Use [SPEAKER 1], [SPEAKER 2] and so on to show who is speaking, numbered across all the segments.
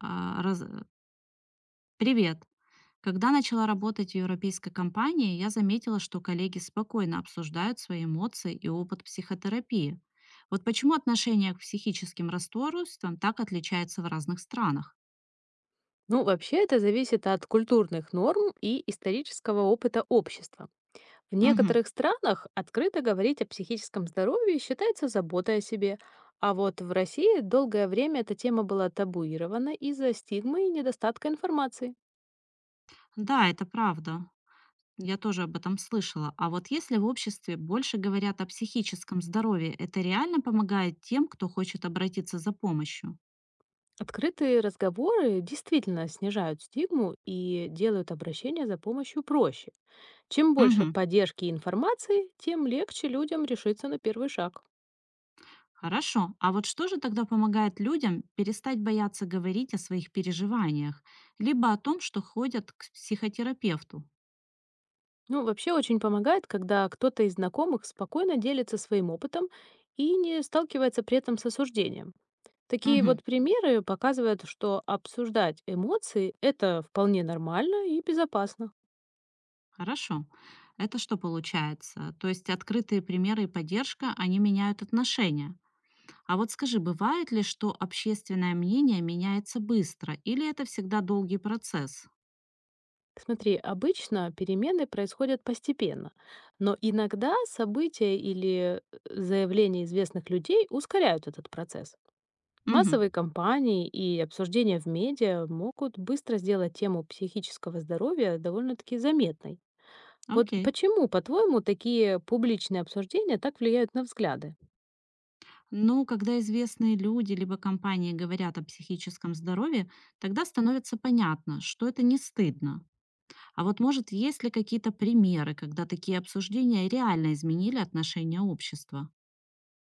[SPEAKER 1] А, раз- э, Привет. Когда начала работать в европейской компании, я заметила, что коллеги спокойно обсуждают свои эмоции и опыт психотерапии. Вот почему отношение к психическим расстройствам так отличается в разных странах.
[SPEAKER 2] Ну, вообще это зависит от культурных норм и исторического опыта общества. В
[SPEAKER 1] Мгм.
[SPEAKER 2] некоторых странах открыто говорить о психическом здоровье считается заботой о себе, а вот в России долгое время эта тема была табуирована из-за стигмы и недостатка информации.
[SPEAKER 1] Да, это правда. Я тоже об этом слышала. А вот если в обществе больше говорят о психическом здоровье, это реально помогает тем, кто хочет обратиться за помощью?
[SPEAKER 2] Открытые разговоры действительно снижают стигму и делают обращение за помощью проще. Чем больше
[SPEAKER 1] Мгм.
[SPEAKER 2] поддержки и информации, тем легче людям решиться на первый шаг.
[SPEAKER 1] Хорошо. А вот что же тогда помогает людям перестать бояться говорить о своих переживаниях, либо о том, что ходят к психотерапевту?
[SPEAKER 2] Ну, вообще очень помогает, когда кто-то из знакомых спокойно делится своим опытом и не сталкивается при этом с осуждением. Такие
[SPEAKER 1] Мгм.
[SPEAKER 2] вот примеры показывают, что обсуждать эмоции— это вполне нормально и безопасно.
[SPEAKER 1] Хорошо. Это что получается? То есть открытые примеры и поддержка, они меняют отношения. А вот скажи, бывает ли, что общественное мнение меняется быстро, или это всегда долгий процесс?
[SPEAKER 2] Смотри, обычно перемены происходят постепенно, но иногда события или заявления известных людей ускоряют этот процесс.
[SPEAKER 1] Угу.
[SPEAKER 2] Массовые кампании и обсуждения в медиа могут быстро сделать тему психического здоровья довольно-таки заметной. Вот
[SPEAKER 1] Окей.
[SPEAKER 2] почему, по-твоему, такие публичные обсуждения так влияют на взгляды?
[SPEAKER 1] Но когда известные люди либо компании говорят о психическом здоровье, тогда становится понятно, что это не стыдно. А вот может, есть ли какие-то примеры, когда такие обсуждения реально изменили отношение общества?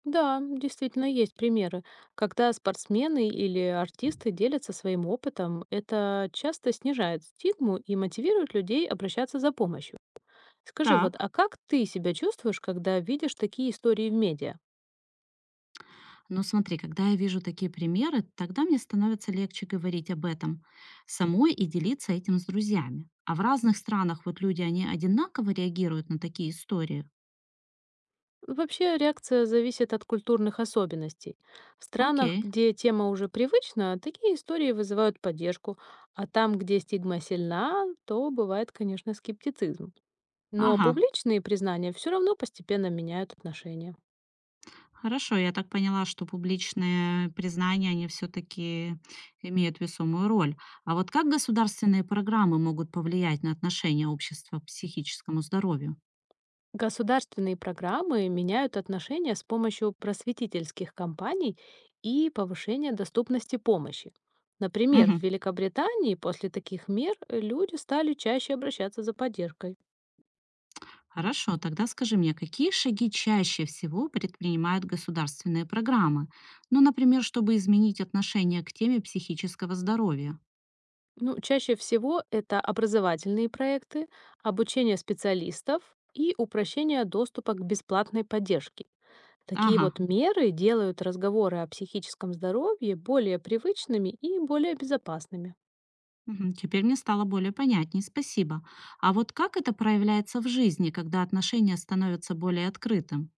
[SPEAKER 2] Да, действительно есть примеры. Когда спортсмены или артисты делятся своим опытом, это часто снижает стигму и мотивирует людей обращаться за помощью. Скажи,
[SPEAKER 1] Так.
[SPEAKER 2] вот, а как ты себя чувствуешь, когда видишь такие истории в медиа?
[SPEAKER 1] Но смотри, когда я вижу такие примеры, тогда мне становится легче говорить об этом самой и делиться этим с друзьями. А в разных странах вот люди, они одинаково реагируют на такие истории.
[SPEAKER 2] Вообще реакция зависит от культурных особенностей. В странах,
[SPEAKER 1] Окей,
[SPEAKER 2] где тема уже привычна, такие истории вызывают поддержку, а там, где стигма сильна, то бывает, конечно, скептицизм. Но
[SPEAKER 1] ага.
[SPEAKER 2] публичные признания все равно постепенно меняют отношения.
[SPEAKER 1] Хорошо, я так поняла, что публичные признания, они все-таки имеют весомую роль. А вот как государственные программы могут повлиять на отношение общества к психическому здоровью?
[SPEAKER 2] Государственные программы меняют отношения с помощью просветительских кампаний и повышения доступности помощи. Например, в
[SPEAKER 1] Мгм.
[SPEAKER 2] Великобритании после таких мер люди стали чаще обращаться за поддержкой.
[SPEAKER 1] Хорошо, тогда скажи мне, какие шаги чаще всего предпринимают государственные программы? Ну, например, чтобы изменить отношение к теме психического здоровья.
[SPEAKER 2] Ну, чаще всего это образовательные проекты, обучение специалистов и упрощение доступа к бесплатной поддержке. Такие
[SPEAKER 1] Ага,
[SPEAKER 2] вот меры делают разговоры о психическом здоровье более привычными и более безопасными.
[SPEAKER 1] мгм, теперь мне стало более понятней, спасибо. А вот как это проявляется в жизни, когда отношения становятся более открытым?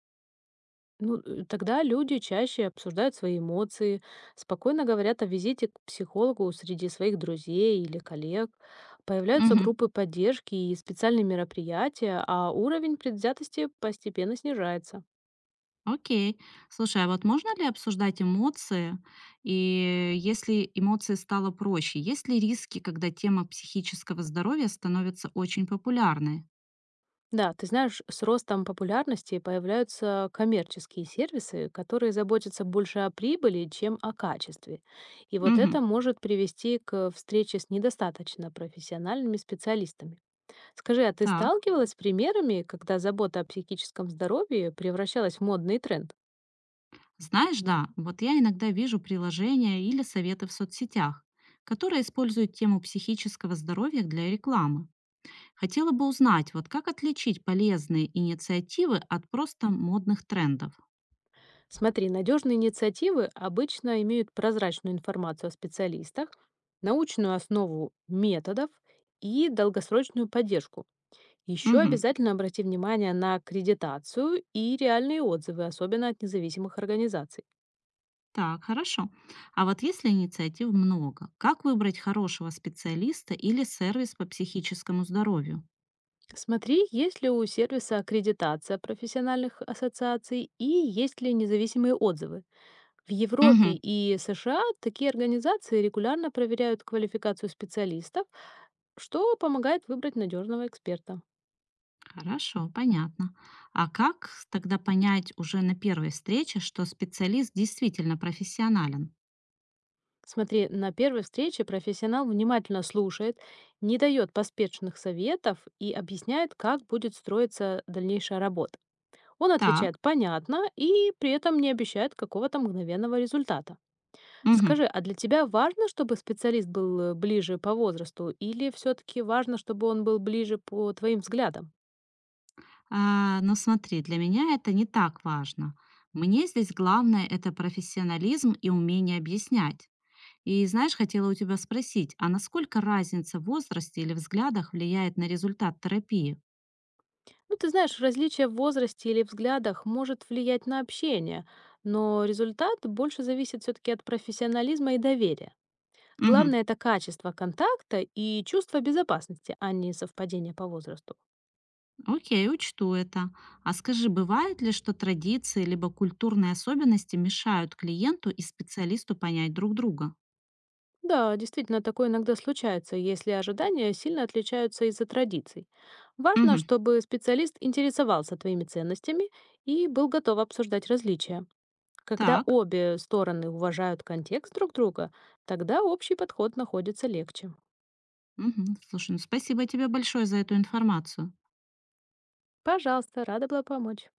[SPEAKER 2] Тогда люди чаще обсуждают свои эмоции, спокойно говорят о визите к психологу среди своих друзей или коллег, появляются
[SPEAKER 1] Мгм.
[SPEAKER 2] группы поддержки и специальные мероприятия, а уровень предвзятости постепенно снижается.
[SPEAKER 1] Окей. Слушай, а вот можно ли обсуждать эмоции? И если эмоции стало проще, есть ли риски, когда тема психического здоровья становится очень популярной?
[SPEAKER 2] Да, ты знаешь, с ростом популярности появляются коммерческие сервисы, которые заботятся больше о прибыли, чем о качестве. И вот
[SPEAKER 1] Угу.
[SPEAKER 2] это может привести к встрече с недостаточно профессиональными специалистами. Скажи, а ты
[SPEAKER 1] Так.
[SPEAKER 2] сталкивалась с примерами, когда забота о психическом здоровье превращалась в модный тренд?
[SPEAKER 1] Знаешь, да, вот я иногда вижу приложения или советы в соцсетях, которые используют тему психического здоровья для рекламы. Хотела бы узнать, вот как отличить полезные инициативы от просто модных трендов?
[SPEAKER 2] Смотри, надежные инициативы обычно имеют прозрачную информацию о специалистах, научную основу методов и долгосрочную поддержку. Еще
[SPEAKER 1] Мгм.
[SPEAKER 2] обязательно обрати внимание на аккредитацию и реальные отзывы, особенно от независимых организаций.
[SPEAKER 1] Так, хорошо. А вот если инициатив много, как выбрать хорошего специалиста или сервис по психическому здоровью?
[SPEAKER 2] Смотри, есть ли у сервиса аккредитация профессиональных ассоциаций и есть ли независимые отзывы. В Европе
[SPEAKER 1] Мгм.
[SPEAKER 2] и США такие организации регулярно проверяют квалификацию специалистов, что помогает выбрать надежного эксперта.
[SPEAKER 1] Хорошо, понятно. А как тогда понять уже на первой встрече, что специалист действительно профессионален?
[SPEAKER 2] Смотри, на первой встрече профессионал внимательно слушает, не дает поспешных советов и объясняет, как будет строиться дальнейшая работа. Он
[SPEAKER 1] Так.
[SPEAKER 2] отвечает «понятно» и при этом не обещает какого-то мгновенного результата.
[SPEAKER 1] Мгм.
[SPEAKER 2] Скажи, а для тебя важно, чтобы специалист был ближе по возрасту или все-таки важно, чтобы он был ближе по твоим взглядам?
[SPEAKER 1] А, но смотри, для меня это не так важно. Мне здесь главное– это профессионализм и умение объяснять. И знаешь, хотела у тебя спросить, а насколько разница в возрасте или взглядах влияет на результат терапии?
[SPEAKER 2] Ну, ты знаешь, различие в возрасте или взглядах может влиять на общение, но результат больше зависит все-таки от профессионализма и доверия.
[SPEAKER 1] Мгм.
[SPEAKER 2] Главное— это качество контакта и чувство безопасности, а не совпадение по возрасту.
[SPEAKER 1] Окей, учту это. А скажи, бывает ли, что традиции либо культурные особенности мешают клиенту и специалисту понять друг друга?
[SPEAKER 2] Да, действительно, такое иногда случается, если ожидания сильно отличаются из-за традиций. Важно,
[SPEAKER 1] Мгм.
[SPEAKER 2] чтобы специалист интересовался твоими ценностями и был готов обсуждать различия. Когда
[SPEAKER 1] Так.
[SPEAKER 2] обе стороны уважают контекст друг друга, тогда общий подход находится легче.
[SPEAKER 1] Мгм. Слушай, ну спасибо тебе большое за эту информацию.
[SPEAKER 2] Пожалуйста, рада была помочь.